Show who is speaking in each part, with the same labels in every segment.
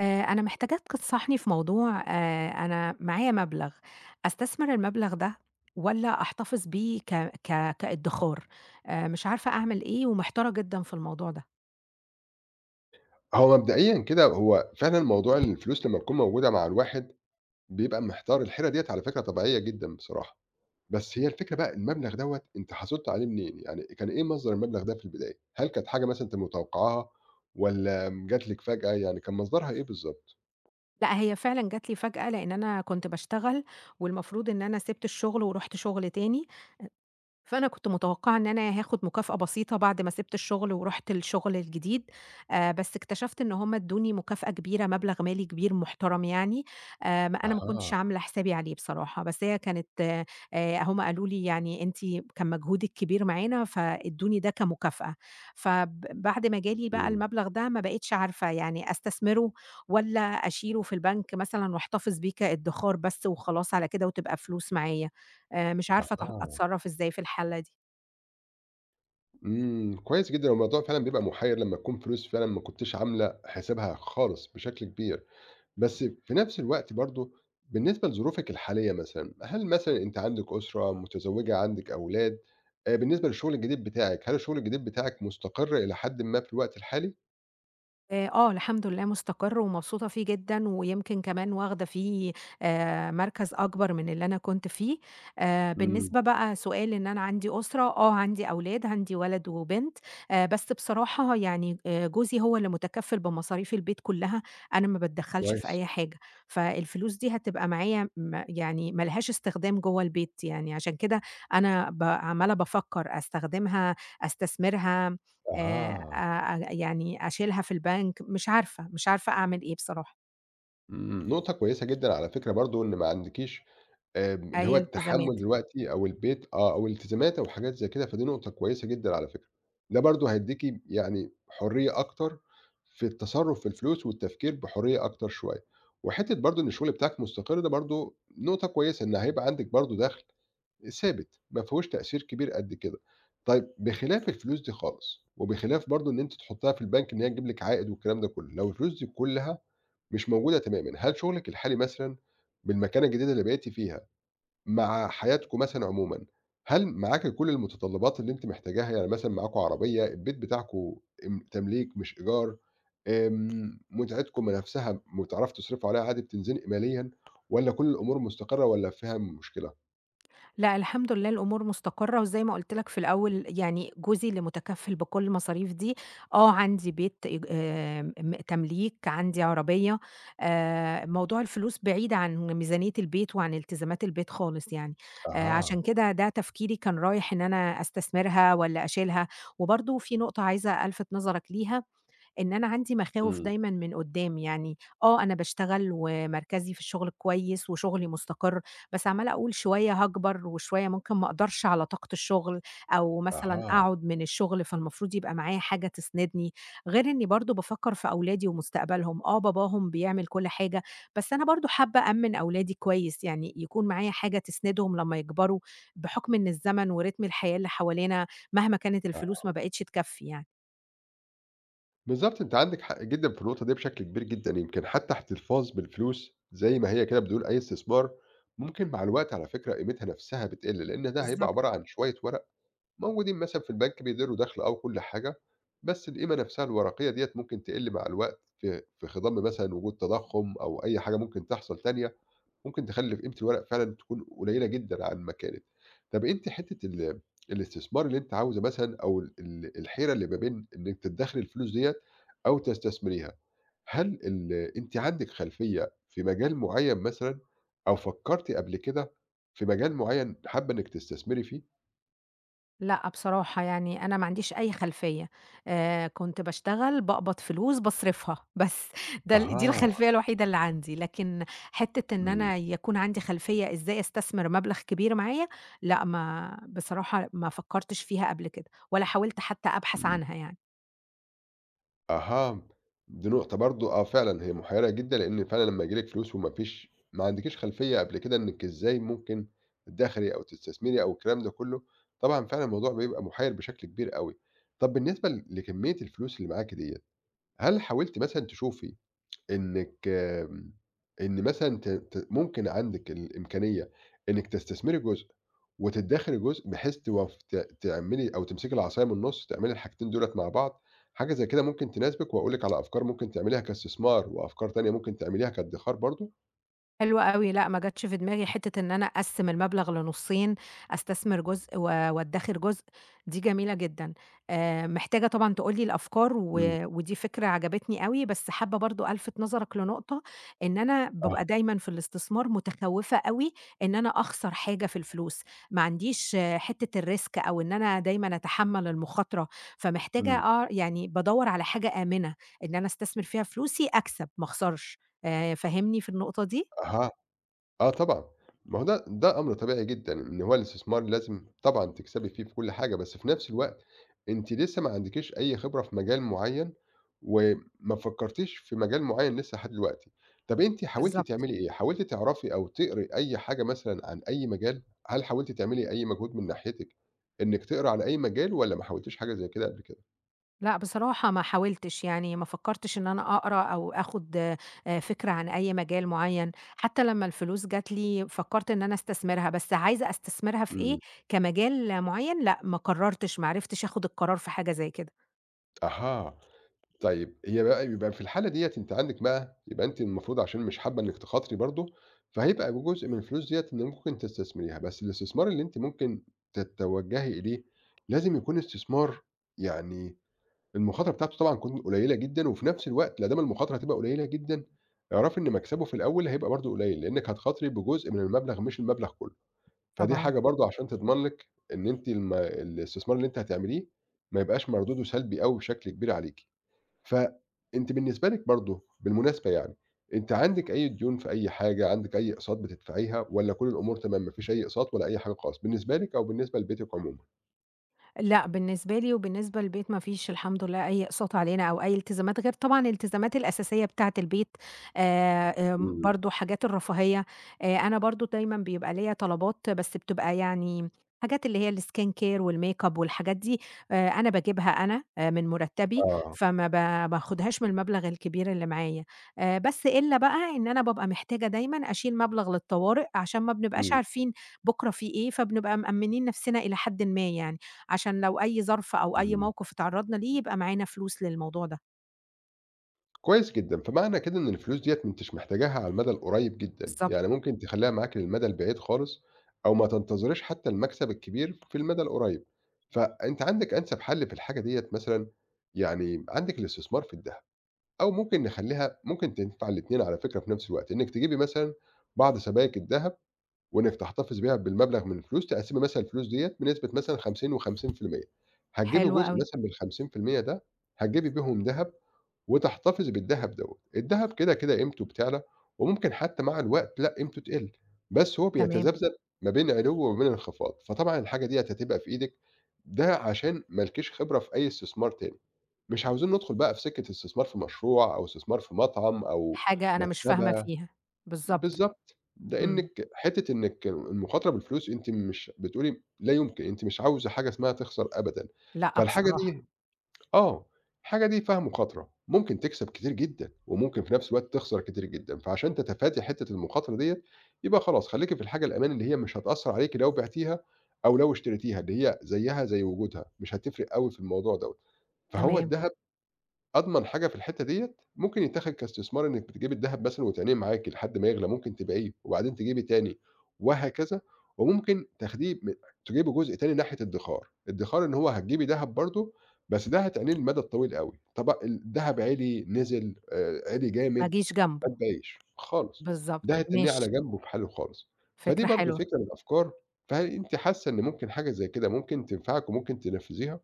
Speaker 1: أنا محتاجاك تنصحني في موضوع أنا معايا مبلغ، أستثمر المبلغ ده والّا أحتفظ بيه ك ك كادخار؟ مش عارفة أعمل إيه ومحتارة جدًا في الموضوع ده.
Speaker 2: هو مبدئيًا كده هو فعلًا موضوع الفلوس لمّا تكون موجودة مع الواحد، بيبقى محتار، الحيرة ديّة على فكرة طبيعية جدًا بصراحة، بس هي الفكرة بقى المبلغ دوّة أنت حصلت عليه منين؟ يعني كان إيه مصدر المبلغ ده في البداية؟ هل كانت حاجة مثلًا أنتِ متوقعاها والّا م جات لِك فجأة، يعني كان مصدرها إيه بالضبط؟
Speaker 1: لأ، هي فعلًا جات لي فجأة، لأن أنا كنت باشتغل والمفروض إن أنا سِبت الشغل ورُحت شغل تاني، فأنا كنت متوقعة إن أنا هاخد مكافأة بسيطة بعد ما سِبت الشغل ورُحت الشغل الجديد. بس اكتشفت إن هُم ادّوني مكافأة كبيرة، مبلغ مالي كبير محترم يعني. ما أنا ما كنتش
Speaker 2: أها،
Speaker 1: عاملة حسابي عليه بصراحة، بس هي كانت. هُم قالوا لي يعني أنتِ كان مجهودِك كبير معانا فادّوني ده كمكافأة. بعد ما جالي بقى
Speaker 2: إمم،
Speaker 1: المبلغ ده ما بقيتش عارفة يعني أستثمره والّا أشيله في البنك مثلًا واحتفظ بيه كادّخار بس وخلاص على كده وتبقى فلوس معايا. مش عارفة
Speaker 2: أها،
Speaker 1: أتصرّف إزاي في الحالة دي.
Speaker 2: إمم، كويس جدًا، الموضوع فعلًا بيبقى مُحيّر لمّا تكون فلوس فعلًا ما كنتيش عاملة حسابها خالص بشكل كبير. بس في نفس الوقت برضه بالنسبة لظروفِك الحالية مثلًا، هل مثلًا أنتِ عندِك أسرة، متزوجة، عندِك أولاد؟ بالنسبة للشغل الجديد بتاعِك، هل الشغل الجديد بتاعِك مستقر إلى حدٍ ما في الوقت الحالي؟
Speaker 1: آه، الحمد لله مستقر ومبسوطة فيه جدًا، ويمكن كمان واخدة فيه مركز أكبر من اللي أنا كنت فيه.
Speaker 2: إمم،
Speaker 1: بالنسبة بقى سؤال إن أنا عندي أسرة، آه عندي أولاد، عندي ولد وبنت. بس بصراحة يعني جوزي هو اللي متكفّل بمصاريف البيت كلّها، أنا ما باتدخّلش في
Speaker 2: كويس.
Speaker 1: أي حاجة، فالفلوس دي هتبقى معايا يعني ما لهاش استخدام جوّه البيت، يعني عشان كده أنا عمّالة بافكّر أستخدمها، أستثمرها.
Speaker 2: أها،
Speaker 1: أ يعني أشيلها في البنك، مش عارفة، مش عارفة أعمل إيه بصراحة.
Speaker 2: إمم، نقطة كويسة جدًا على فكرة برضه إن ما عندكيش اللي هو
Speaker 1: أي التزامات.
Speaker 2: التحمُّل دلوقتي أو البيت آه، أو الالتزامات أو حاجات زي كده، فدي نقطة كويسة جدًا على فكرة. ده برضه هيدّيكِ يعني حرية أكتر في التصرُّف في الفلوس والتفكير بحرية أكتر شوية. وحتّة برضه إن الشغل بتاعِك مستقر ده برضه نقطة كويسة، إن هيبقى عندِك برضه دَخْل ثابت، ما فيهوش تأثير كبير قد كده. طيب بخلاف الفلوس دي خالص وبخلاف برضه إن أنتِ تحُطّيها في البنك إن هي تجيب لِك عائد والكلام ده كُلّه، لو الفلوس دي كُلّها مش موجودة تمامًا، هل شغلِك الحالي مثلًا بالمكانة الجديدة اللي بقيتِ فيها مع حياتكم مثلًا عمومًا، هل معاكِ كل المتطلبات اللي أنتِ محتاجاها؟ يعني مثلًا معاكم عربية، البيت بتاعكم تمليك مش إيجار، متعتكم نفسها بتعرفوا تصرفوا عليها عادي بتنزنقوا ماليًا، والّا كل الأمور مستقرة والّا فيها مشكلة؟
Speaker 1: لأ، الحمد لله الأمور مستقرة، وزي ما قُلت لك في الأول يعني جوزي اللي متكفّل بكل المصاريف دي. آه عندي بيت إيج م تمليك، عندي عربية. موضوع الفلوس بعيد عن ميزانية البيت وعن التزامات البيت خالص يعني.
Speaker 2: أها،
Speaker 1: عشان كده ده تفكيري كان رايح إن أنا أستثمرها والّا أشيلها، وبرضه في نقطة عايزة ألفت نظرك ليها إن أنا عندي مخاوف
Speaker 2: إمم.
Speaker 1: دايمًا من قدّام، يعني آه أنا باشتغل ومركزي في الشغل كويس وشغلي مستقر، بس عمّالة أقول شوية هاكبر وشوية ممكن ما أقدرش على طاقة الشغل، أو مثلًا
Speaker 2: أها،
Speaker 1: أقعد من الشغل فالمفروض يبقى معايا حاجة تسندني، غير إني برضه بافكّر في أولادي ومستقبلهم، آه باباهم بيعمل كل حاجة، بس أنا برضه حابة أأمِّن أولادي كويس، يعني يكون معايا حاجة تسندهم لمّا يكبروا، بحكم إن الزمن ورتم الحياة اللي حوالينا مهما كانت
Speaker 2: أها،
Speaker 1: الفلوس ما بقتش تكفّي يعني.
Speaker 2: بالضبط أنتِ عندِك حق جدًا في النقطة دي بشكل كبير جدًا، يمكن حتى احتفاظ بالفلوس زي ما هي كده بدون أي استثمار، ممكن مع الوقت على فكرة قيمتها نفسها بتقل، لأن ده هيبقى
Speaker 1: بالضبط.
Speaker 2: عبارة عن شوية ورق موجودين مثلًا في البنك بيديروا دخْل آه وكل حاجة، بس القيمة نفْسها الورقية ديّة ممكن تقِل مع الوقت في خِضم مثلًا وجود تضخُّم أو أي حاجة ممكن تحصل تانية، ممكن تخلّي قيمة الورق فعلًا تكون قليّلة جدًا عن ما كانت. طَب أنتِ حتّة الاستثمار اللي أنتِ عاوزة مثلًا أو ال ال الحيرة اللي ما بين إنِّك تدّخري الفلوس ديّة أو تستثمريها، هل أنتِ عندِك خلفية في مجال معيّن مثلًا أو فكّرتِ قبل كده في مجال معيّن حابّة إنِّك تستثمري فيه؟
Speaker 1: لأ بصراحة يعني أنا ما عنديش أي خلفية. كنت باشتغل، باقبض فلوس، باصرفها بس ده ال دي
Speaker 2: أها،
Speaker 1: الخلفية الوحيدة اللي عندي، لكن حتّة إن
Speaker 2: إمم.
Speaker 1: أنا يكون عندي خلفية إزاي أستثمر مبلغ كبير معايا. لأ ما بصراحة ما فكّرتش فيها قبل كده، ولا حاولت حتى أبحث
Speaker 2: إمم.
Speaker 1: عنها يعني.
Speaker 2: أها، دي نقطة برضه آه فعلًا هي محيرة جدًا، لإن فعلًا لمّا ييجي لِك فلوس وما فيش ما عندكيش خلفية قبل كده إنِّك إزاي ممكن تدخّري أو تستثمري أو الكلام ده كلّه، طبعًا فعلًا الموضوع بيبقى محير بشكل كبير أوي. طَب بالنسبة لكمية الفلوس اللي معاكِ ديّة، هل حاولتِ مثلًا تشوفي إنِّك إن مثلًا ت ت ممكن عندِك الإمكانية إنِّك تستثمري جزء وتدّخري جزء بحيث توف ت تعملي أو تمسكي العصاية من النُص، تعملي الحاجتين دُولة مع بعض، حاجة زي كده ممكن تناسبِك وأقول لِك على أفكار ممكن تعمليها كاستثمار وأفكار تانية ممكن تعمليها كادّخار برضه؟
Speaker 1: حلو أوي، لأ ما جاتش في دماغي حتّة إن أنا أقسّم المبلغ لنُصّين، أستثمر جزء وادّخر جزء، دي جميلة جدًا. محتاجة طبعًا تقول لي الأفكار و
Speaker 2: إمم،
Speaker 1: ودي فكرة عجبتني أوي، بس حابة برضه ألفِت نظرك لنقطة، إن أنا
Speaker 2: آه.
Speaker 1: بابقى دايمًا في الاستثمار متخوّفة أوي إن أنا أخسر حاجة في الفلوس. ما عنديش آه، حتّة الrisk أو إن أنا دايمًا أتحمّل المخاطرة، فمحتاجة
Speaker 2: إمم،
Speaker 1: يعني بادوّر على حاجة آمنة، إن أنا أستثمر فيها فلوسي أكسب، ما أخسرش. فاهمني في النقطة دي؟
Speaker 2: أها آه طبعًا، ما هو ده أمر طبيعي جدًا، إن هو الاستثمار لازم طبعًا تكسبي فيه في كل حاجة، بس في نفس الوقت أنتِ لسه ما عندكيش أي خبرة في مجال معيّن، وما فكرتيش في مجال معيّن لسه لحد دلوقتي. طب أنتِ حاولتِ
Speaker 1: بالضبط.
Speaker 2: تعملي إيه؟ حاولتِ تعرفي أو تقري أي حاجة مثلًا عن أي مجال؟ هل حاولتِ تعملي أي مجهود من ناحيتِك إنِك تقرا عن أي مجال والّا ما حاولتيش حاجة زي كده قبل كده؟
Speaker 1: لأ، بصراحة ما حاولتش، يعني ما فكّرتش إن أنا أقرا أو آخُد فكرة عن أي مجال معيّن، حتّى لمّا الفلوس جات لي فكّرت إن أنا أستثمرها، بس عايزة أستثمرها في إيه،
Speaker 2: إمم،
Speaker 1: كمجال معيّن لأ، ما قرّرتش، ما عرفتش آخُد القرار في حاجة زي كده.
Speaker 2: أها. طيب هي بقى يبقى في الحالة ديّة أنتِ عندِك بقى يبقى أنتِ المفروض عشان مش حابة إنِّك تخاطري برضه، فهيبقى جزء من الفلوس ديّة إن ممكن تستثمريها، بس الاستثمار اللي أنتِ ممكن تتوجهي إليه لازم يكون استثمار يعني المخاطرة بتاعته طبعًا تكون قليلة جدًا، وفي نفس الوقت لا دام المخاطرة هتبقى قليلة جدًا، اعرفي إن مكسبه في الأول هيبقى برضه قليل، لإنِّك هتخاطري بجزء من المبلغ مش المبلغ كله، فدي
Speaker 1: طبعًا.
Speaker 2: حاجة برضه عشان تضمن لِك إن أنتِ الاستثمار اللي أنتِ هتعمليه ما يبقاش مردوده سلبي أوي بشكل كبير عليكِ. فأنتِ بالنسبة لِك برضه بالمناسبة يعني، أنتِ عندِك أي ديون في أي حاجة، عندِك أي أقساط بتدفعيها والّا كل الأمور تمام ما فيش أي أقساط ولا أي حاجة خالص بالنسبة لِك أو بالنسبة لبيتِك عمومًا؟
Speaker 1: لأ، بالنسبة لي وبالنسبة للبيت ما فيش الحمد لله أي إقساط علينا أو أي التزامات، غير طبعًا الالتزامات الأساسية بتاعة البيت. آمم،
Speaker 2: إمم.
Speaker 1: برضه حاجات الرفاهية. أنا برضه دايمًا بيبقى ليّا طلبات بس بتبقى يعني حاجات اللي هي الskin care والmakeup والحاجات دي. أنا باجيبها أنا من مرتبي،
Speaker 2: آه.
Speaker 1: فما باخدهاش من المبلغ الكبير اللي معايا. بس إلا بقى إن أنا بابقى محتاجة دايمًا أشيل مبلغ للطوارئ، عشان ما بنبقاش
Speaker 2: إمم.
Speaker 1: عارفين بكرة في إيه، فبنبقى مأمنين نفسنا إلى حدٍ ما يعني. عشان لو أي ظرف أو أي
Speaker 2: اهم.
Speaker 1: موقف اتعرّضنا ليه، يبقى معانا فلوس للموضوع ده.
Speaker 2: كويس جدًا، فمعنى كده إن الفلوس ديّة ما أنتيش محتاجاها على المدى القريب جدًا،
Speaker 1: بالضبط،
Speaker 2: يعني ممكن تخلّيها معاكِ للمدى البعيد خالص أو ما تنتظريش حتى المكسب الكبير في المدى القريب، فأنتِ عندِك أنسب حل في الحاجة ديّة مثلًا، يعني عندِك الاستثمار في الدهب. أو ممكن نخلّيها ممكن تنفع الاتنين على فكرة في نفس الوقت، إنِّك تجيبي مثلًا بعض سبائك الدهب وإنِّك تحتفظي بيها بالمبلغ من الفلوس، تقسّمي مثلًا الفلوس ديّة بنسبة مثلًا 50 و50%، هتجيبي
Speaker 1: حلو
Speaker 2: جزء
Speaker 1: أوي،
Speaker 2: مثلًا من ال50% ده هتجيبي بيهم دهب وتحتفظي بالدهب دوّة، الدهب كده، كده قيمته بتعلى وممكن حتى مع الوقت لأ، قيمته تقل، بس هو
Speaker 1: تمام.
Speaker 2: بيتذبذب ما بين علو وما بين انخفاض، فطبعًا الحاجة ديّة هتبقى في إيدِك، ده عشان ما لكيش خبرة في أي استثمار تاني. مش عاوزين ندخل بقى في سكة استثمار في مشروع أو استثمار في مطعم أو
Speaker 1: حاجة أنا مش فاهمة
Speaker 2: مكتبة
Speaker 1: فيها، بالضبط،
Speaker 2: بالضبط،
Speaker 1: إمم.
Speaker 2: لإنِّك حتّة إنِّك المخاطرة بالفلوس أنتِ مش بتقولي لا يمكن، أنتِ مش عاوزة حاجة اسمها تخسر أبدًا،
Speaker 1: لأ
Speaker 2: فالحاجة دي
Speaker 1: بصراحة،
Speaker 2: آه، الحاجة دي فيها مخاطرة، ممكن تكسب كتير جدًا وممكن في نفس الوقت تخسر كتير جدًا، فعشان تتفادي حتّة المخاطرة ديّة، يبقى خلاص خلّيكِ في الحاجة الأمان اللي هي مش هتأثّر عليكِ لو بعتيها أو لو اشتريتيها، اللي هي زيّها زي وجودها، مش هتفرق أوي في الموضوع دوّة، فهو
Speaker 1: تمام،
Speaker 2: ده أضمن حاجة في الحتّة ديّة، ممكن يتاخد كاستثمار إنِّك بتجيبي الدهب مثلًا وتعينيه معاكِ لحد ما يغلى، ممكن تبيعيه وبعدين تجيبي تاني وهكذا، وممكن تاخديه م تجيبي جزء تاني ناحية الادّخار، الادّخار إن هو هتجيبي دهب برضه، بس ده هتعينيه للمدى الطويل أوي، طب الدهب عِلي، نزل، عِلي
Speaker 1: ما
Speaker 2: جامد،
Speaker 1: أجيش جنبه،
Speaker 2: ما تبيعيش خالص، ده
Speaker 1: بالضبط،
Speaker 2: هترميه على
Speaker 1: ماشي،
Speaker 2: جنب وفي حاله خالص. فدي
Speaker 1: فكرة
Speaker 2: برضه
Speaker 1: حلوة.
Speaker 2: فكرة من الأفكار، فهل أنتِ حاسة إن ممكن حاجة زي كده ممكن تنفعِك وممكن تنفّذيها؟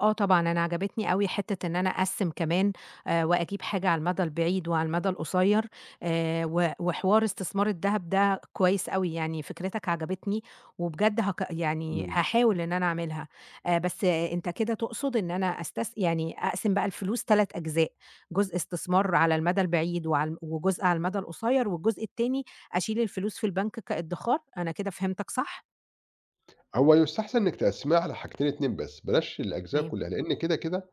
Speaker 1: آه طبعًا، أنا عجبتني أوي حتّة إن أنا أقسّم كمان وأجيب حاجة على المدى البعيد وعلى المدى القصير. و وحوار استثمار الدهب ده كويس أوي، يعني فكرتك عجبتني وبجد يعني
Speaker 2: إمم.
Speaker 1: هاحاول إن أنا أعملها. بس آه، أنت كده تقصد إن أنا يعني أقسم بقى الفلوس 3 أجزاء، جزء استثمار على المدى البعيد وعلى وجزء على المدى القصير، والجزء التاني أشيل الفلوس في البنك كادّخار، أنا كده فهمتك صح؟
Speaker 2: هو يستحسن إنِّك تقسّميها على حاجتين، 2 بس، بلاش الأجزاء
Speaker 1: تمام،
Speaker 2: كلّها، لإن كده، كده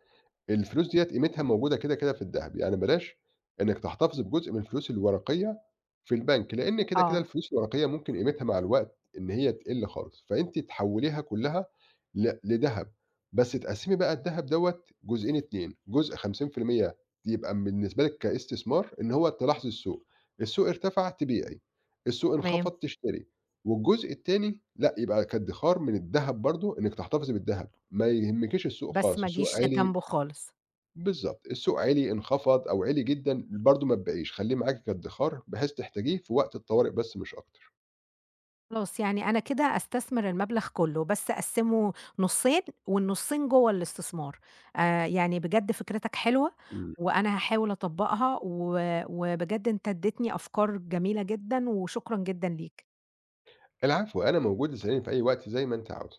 Speaker 2: الفلوس ديّة قيمتها موجودة كده، كده في الدهب، يعني بلاش إنّك تحتفظ بجزء من الفلوس الورقية في البنك، لإن كده، كده
Speaker 1: آه،
Speaker 2: الفلوس الورقية ممكن قيمتها مع الوقت إن هي تقِل خالص، فأنتِ تحوّليها كلّها لدهب، بس تقسّمي بقى الدهب دوّة جزئين 2، جزء 50% يبقى بالنسبة لِك كاستثمار إن هو تلاحظي السوق، السوق ارتفع تبيعي، السوق انخفض
Speaker 1: تمام،
Speaker 2: تشتري، والجزء التاني لأ، يبقى كادّخار من الدهب برضه إنِّك تحتفظي بالدهب، ما يهمكيش السوق
Speaker 1: بس
Speaker 2: خالص،
Speaker 1: ما
Speaker 2: السوق
Speaker 1: أجيش
Speaker 2: عِلي
Speaker 1: جنبه خالص.
Speaker 2: بالضبط، السوق عِلي، انخفض أو عِلي جدًا، برضه ما تبيعيش، خلّيه معاكِ كادّخار بحيث تحتاجيه في وقت الطوارئ بس مش أكتر.
Speaker 1: خلاص، يعني أنا كده أستثمر المبلغ كلّه، بس أقسّمه نُصّين والنُصّين جوّه الاستثمار. يعني بجد فكرتك حلوة
Speaker 2: إمم.
Speaker 1: وأنا هاحاول أطبّقها وبجد أنت ادّيتني أفكار جميلة جدًا وشكرًا جدًا ليك.
Speaker 2: العفو، أنا موجود، اسأليني في أي وقت زي ما أنتِ عاوزة.